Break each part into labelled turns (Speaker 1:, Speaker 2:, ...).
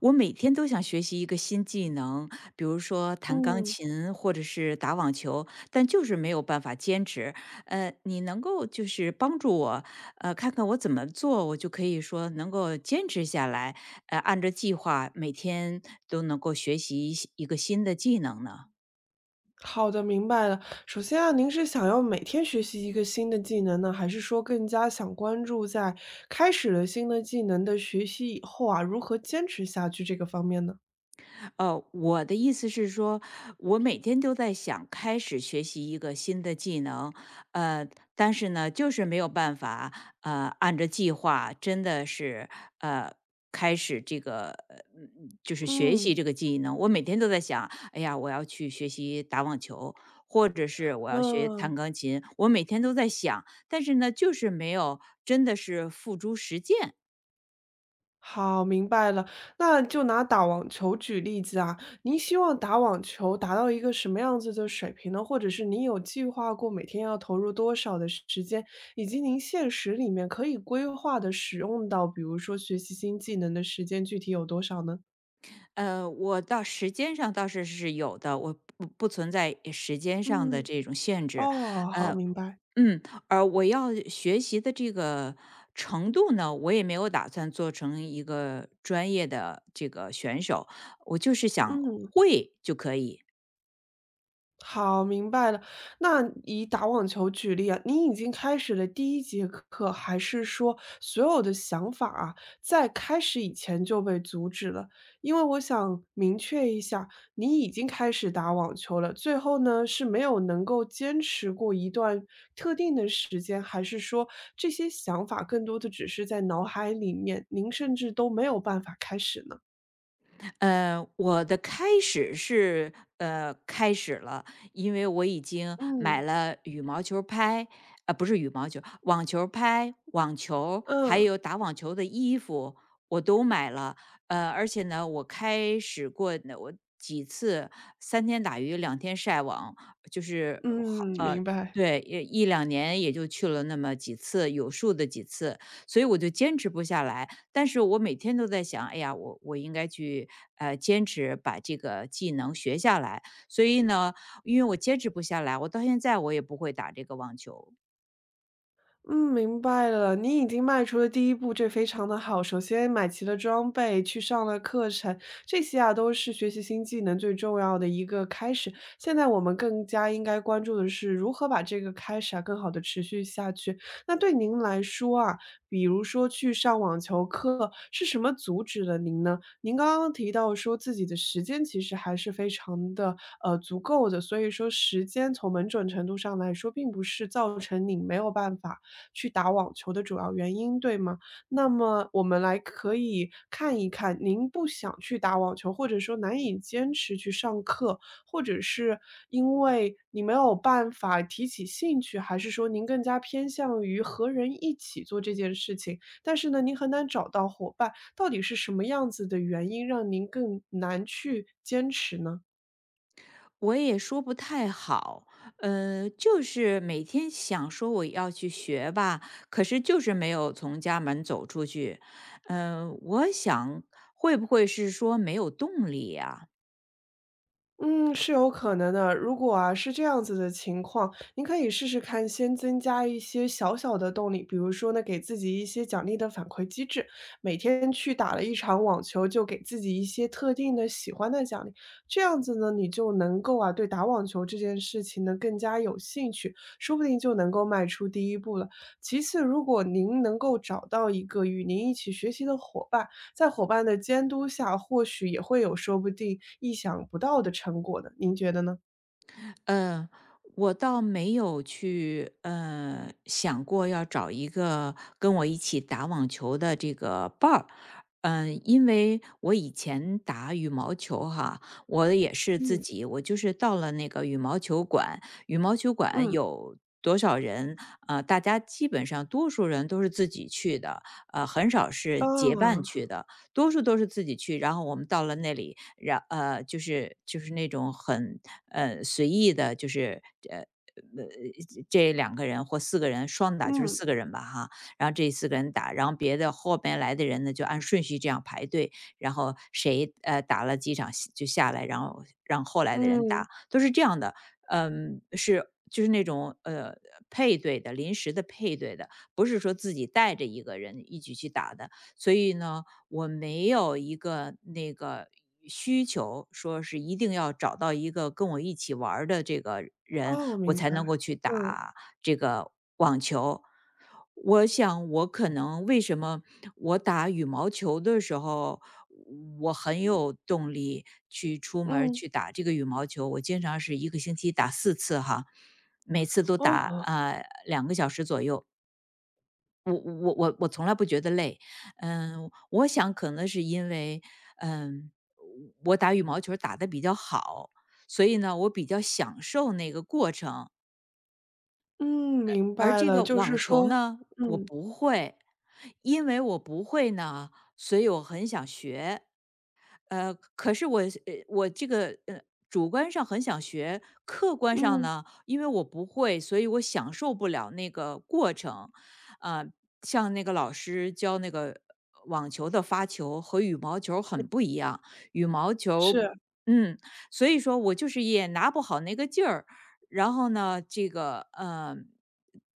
Speaker 1: 我每天都想学习一个新技能，比如说弹钢
Speaker 2: 嗯，
Speaker 1: 琴或者是打网球，但就是没有办法坚持。你能够就是帮助我，看看我怎么做，我就可以说能够坚持下来，按照计划每天都能够学习一个新的技能呢？
Speaker 2: 好的，明白了。首先啊，您是想要每天学习一个新的技能呢，还是说更加想关注在开始了新的技能的学习以后啊，如何坚持下去这个方面呢？
Speaker 1: 我的意思是说，我每天都在想开始学习一个新的技能，呃，但是呢，就是没有办法，按照计划，真的是，呃，开始这个，就是学习
Speaker 2: 嗯，
Speaker 1: 这个技能。我每天都在想，哎呀，我要去学习打网球，或者是我要学
Speaker 2: 嗯。
Speaker 1: 弹钢琴，我每天都在想，但是呢，就是没有真的是付诸实践。
Speaker 2: 好，明白了。那就拿打网球举例子啊，您希望打网球达到一个什么样子的水平呢？或者是您有计划过每天要投入多少的时间，以及您现实里面可以规划的使用到，比如说学习新技能的时间具体有多少呢？
Speaker 1: 我到时间上倒是是有的，我不存在时间上的
Speaker 2: 嗯。
Speaker 1: 这种限制。
Speaker 2: 哦，好，
Speaker 1: 呃，
Speaker 2: 明白，
Speaker 1: 嗯，而我要学习的这个程度呢，我也没有打算做成一个专业的这个选手，我就是想
Speaker 2: 嗯。
Speaker 1: 会就可以。
Speaker 2: 好，明白了。那以打网球举例啊，你已经开始了第一节课，还是说所有的想法啊，在开始以前就被阻止了？因为我想明确一下，你已经开始打网球了，最后呢，是没有能够坚持过一段特定的时间，还是说这些想法更多的只是在脑海里面，您甚至都没有办法开始呢？
Speaker 1: 我的开始是开始了，因为我已经
Speaker 2: 嗯。
Speaker 1: 买了羽毛球拍，不是羽毛球，网球拍、网球，还
Speaker 2: 嗯，
Speaker 1: 有打网球的衣服，我都买了。而且呢，我开始过呢我几次三天打鱼两天晒网，就是好
Speaker 2: 嗯，
Speaker 1: 呃。
Speaker 2: 明白。
Speaker 1: 对，两年也就去了那么几次，有数的几次，所以我就坚持不下来。但是我每天都在想，哎呀，我应该去坚持把这个技能学下来。所以呢，因为我坚持不下来，我到现在我也不会打这个网球，
Speaker 2: 嗯，明白了，您已经迈出了第一步，这非常的好。首先买齐了装备，去上了课程，这些啊都是学习新技能最重要的一个开始。现在我们更加应该关注的是如何把这个开始啊更好的持续下去。那对您来说啊，比如说去上网球课，是什么阻止了您呢？您刚刚提到说自己的时间其实还是非常的足够的，所以说时间从某种程度上来说，并不是造成你没有办法去打网球的主要原因，对吗？那么我们来可以看一看，您不想去打网球，或者说难以坚持去上课，或者是因为你没有办法提起兴趣，还是说您更加偏向于和人一起做这件事情，但是呢，您很难找到伙伴。到底是什么样子的原因让您更难去坚持呢？
Speaker 1: 我也说不太好。就是每天想说我要去学吧，可是就是没有从家门走出去。嗯、我想会不会是说没有动力呀、
Speaker 2: 嗯，是有可能的。如果啊是这样子的情况，您可以试试看，先增加一些小小的动力，比如说呢，给自己一些奖励的反馈机制，每天去打了一场网球，就给自己一些特定的喜欢的奖励，这样子呢，你就能够啊对打网球这件事情呢更加有兴趣，说不定就能够迈出第一步了。其次，如果您能够找到一个与您一起学习的伙伴，在伙伴的监督下，或许也会有说不定意想不到的成果的，您觉得呢？
Speaker 1: 嗯，我倒没有去想过要找一个跟我一起打网球的这个伴儿。嗯，因为我以前打羽毛球哈，我也是自
Speaker 2: 嗯，
Speaker 1: 己，我就是到了那个羽毛球馆，羽毛球馆
Speaker 2: 嗯，
Speaker 1: 有多少人，大家基本上多数人都是自己去的，很少是结伴
Speaker 2: 啊，
Speaker 1: 去的，多数都是自己去。然后我们到了那里，就是那种很随意的，就是呃。呃，这两个人或四个人双打就是
Speaker 2: 嗯，
Speaker 1: 四个人吧，哈，然后这四个人打，然后别的后边来的人呢就按顺序这样排队，然后谁打了几场就下来，然后让后来的人
Speaker 2: 嗯，
Speaker 1: 打，都是这样的，嗯，是就是那种配对的，临时的配对的，不是说自己带着一个人一起去打的，所以呢，我没有一个那个需求，说是一定要找到一个跟我一起玩儿的这个人，
Speaker 2: 哦，
Speaker 1: 我
Speaker 2: 明白，
Speaker 1: 才能够去
Speaker 2: 嗯，
Speaker 1: 打这个网球。我想，我可能为什么我打羽毛球的时候，我很有动力去出门儿
Speaker 2: 嗯，
Speaker 1: 去打这个羽毛球。我经常是一个星期打四次哈，每次都打
Speaker 2: 哦，
Speaker 1: 两个小时左右。我从来不觉得累，嗯，我想可能是因为，嗯，我打羽毛球儿打得比较好，所以呢，我比较享受那个过程。
Speaker 2: 嗯，明
Speaker 1: 而
Speaker 2: 白
Speaker 1: 这
Speaker 2: 了，
Speaker 1: 个
Speaker 2: 就是
Speaker 1: 网球
Speaker 2: 说
Speaker 1: 呢，我
Speaker 2: 嗯，
Speaker 1: 不会，因为我不会呢，所以我很想学。可是我这个主观上很想学，客观上
Speaker 2: 嗯，
Speaker 1: 呢，因为我不会，所以我享受不了那个过程。啊、像那个老师教那个网球的发球和羽毛球很不一样，羽毛球。
Speaker 2: 是，
Speaker 1: 嗯，所以说我就是也拿不好那个劲儿，然后呢，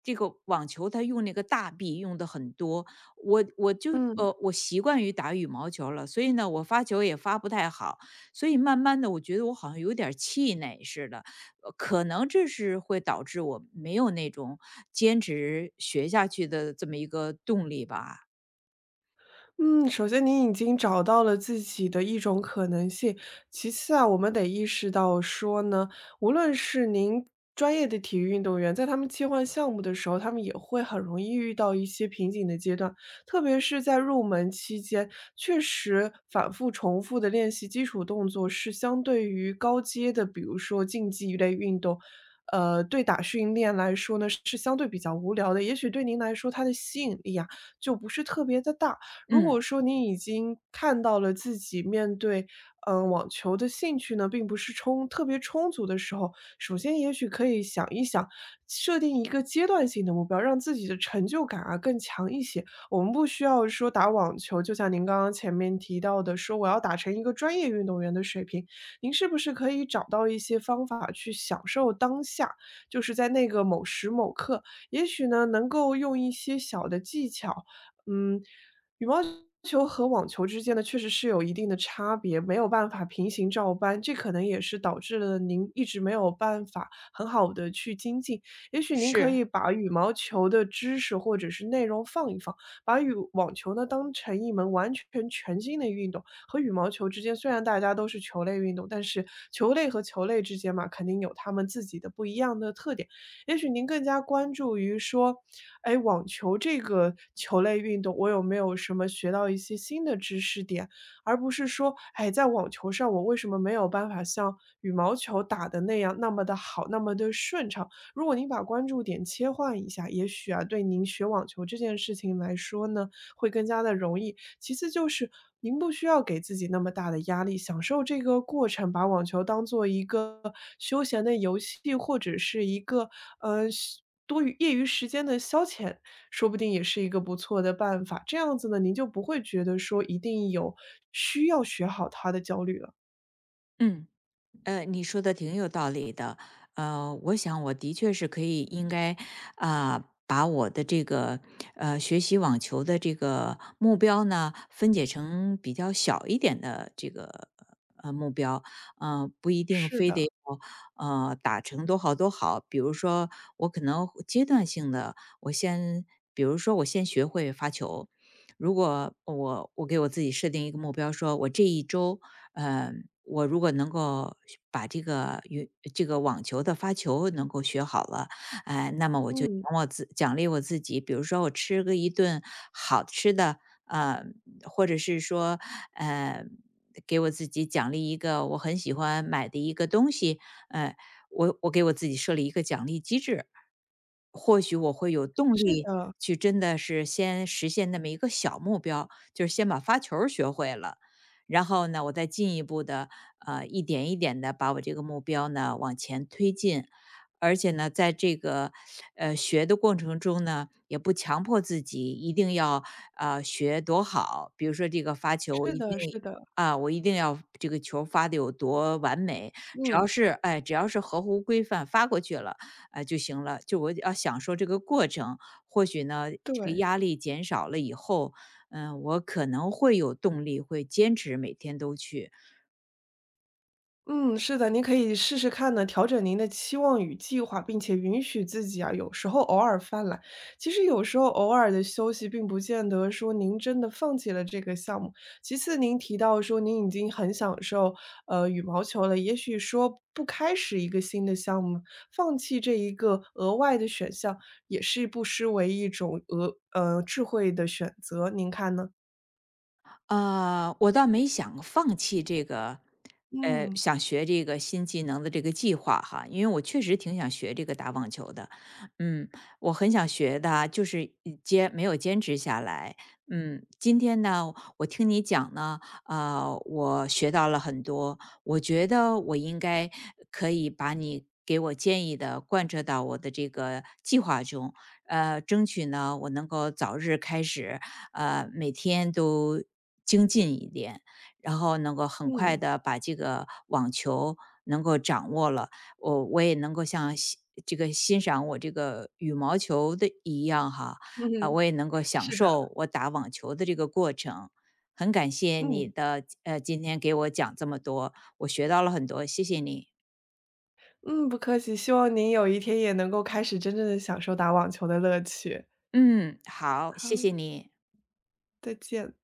Speaker 1: 这个网球它用那个大臂用的很多，
Speaker 2: 嗯。
Speaker 1: 我习惯于打羽毛球了，所以呢，我发球也发不太好，所以慢慢的，我觉得我好像有点儿气馁似的，可能这是会导致我没有那种坚持学下去的这么一个动力吧。
Speaker 2: 嗯，首先您已经找到了自己的一种可能性。其次啊，我们得意识到说呢，无论是您专业的体育运动员，在他们切换项目的时候，他们也会很容易遇到一些瓶颈的阶段，特别是在入门期间，确实反复重复的练习基础动作是相对于高阶的，比如说竞技类运动。对打训练来说呢，是相对比较无聊的。也许对您来说，它的吸引力啊，就不是特别的大。如
Speaker 1: 嗯，
Speaker 2: 果说你已经看到了自己面对，嗯，网球的兴趣呢，并不是特别充足的时候，首先也许可以想一想，设定一个阶段性的目标，让自己的成就感啊更强一些。我们不需要说打网球，就像您刚刚前面提到的，说我要打成一个专业运动员的水平，您是不是可以找到一些方法去享受当下？就是在那个某时某刻，也许呢，能够用一些小的技巧，嗯，羽毛球和网球之间呢，确实是有一定的差别，没有办法平行照搬，这可能也是导致了您一直没有办法很好的去精进。也许您可
Speaker 1: 是，
Speaker 2: 以把羽毛球的知识或者是内容放一放，把羽网球呢当成一门完全全新的运动。和羽毛球之间虽然大家都是球类运动，但是球类和球类之间嘛，肯定有他们自己的不一样的特点。也许您更加关注于说哎，网球这个球类运动，我有没有什么学到一些新的知识点，而不是说，哎，在网球上我为什么没有办法像羽毛球打的那样那么的好，那么的顺畅？如果您把关注点切换一下，也许啊，对您学网球这件事情来说呢，会更加的容易。其次就是您不需要给自己那么大的压力，享受这个过程，把网球当做一个休闲的游戏，或者是一个呃休多余业余时间的消遣，说不定也是一个不错的办法。这样子呢，您就不会觉得说一定有需要学好它的焦虑了。
Speaker 1: 嗯。你说的挺有道理的。我想我的确是可以应该啊、把我的这个学习网球的这个目标呢，分解成比较小一点的这个目标，不一定
Speaker 2: 是
Speaker 1: 非得
Speaker 2: 的，
Speaker 1: 要打成多好多好。比如说，我可能会阶段性的，我先，比如说我先学会发球。如果我给我自己设定一个目标，说我这一周呃，我如果能够把这个运这个网球的发球能够学好了，哎，那么我就奖
Speaker 2: 嗯，
Speaker 1: 我自奖励我自己，比如说我吃个一顿好吃的，呃，或者是说，呃，给我自己奖励一个我很喜欢买的一个东西，呃，我给我自己设立一个奖励机制，或许我会有动
Speaker 2: 是
Speaker 1: 力
Speaker 2: 的，
Speaker 1: 去真的是先实现那么一个小目标，就是先把发球儿学会了。然后呢，我再进一步的一点一点的把我这个目标呢往前推进，而且呢，在这个学的过程中呢，也不强迫自己一定要学多好，比如说这个发球，我
Speaker 2: 是
Speaker 1: 一定
Speaker 2: 的，是的，
Speaker 1: 啊，我一定要这个球发的有多完美，只要
Speaker 2: 嗯，
Speaker 1: 是哎，只要是合乎规范发过去了，哎就行了。就我要享受这个过程，或许呢，这个
Speaker 2: 对。
Speaker 1: 压力减少了以后，嗯、我可能会有动力，会坚持每天都去。
Speaker 2: 嗯，是的，您可以试试看呢，调整您的期望与计划，并且允许自己啊，有时候偶尔犯懒。其实有时候偶尔的休息，并不见得说您真的放弃了这个项目。其次，您提到说您已经很享受羽毛球了，也许说不开始一个新的项目，放弃这一个额外的选项，也是不失为一种智慧的选择。您看呢？
Speaker 1: 我倒没想放弃这个，
Speaker 2: 嗯。
Speaker 1: 想学这个新技能的这个计划哈，因为我确实挺想学这个打网球的，嗯，我很想学的，就是没有坚持下来，嗯，今天呢，我听你讲呢，啊、我学到了很多，我觉得我应该可以把你给我建议的贯彻到我的这个计划中，争取呢，我能够早日开始，每天都精进一点，然后能够很快
Speaker 2: 嗯
Speaker 1: 的把这个网球能够掌握了。我也能够像这个欣赏我这个羽毛球的一样哈，
Speaker 2: 嗯，
Speaker 1: 我也能够享
Speaker 2: 是的，
Speaker 1: 受我打网球的这个过程。很感谢你
Speaker 2: 嗯。
Speaker 1: 的今天给我讲这么多，我学到了很多，谢谢你。
Speaker 2: 嗯，不客气，希望您有一天也能够开始真正的享受打网球的乐趣。
Speaker 1: 嗯，好，
Speaker 2: 好，
Speaker 1: 谢谢你。
Speaker 2: 再见。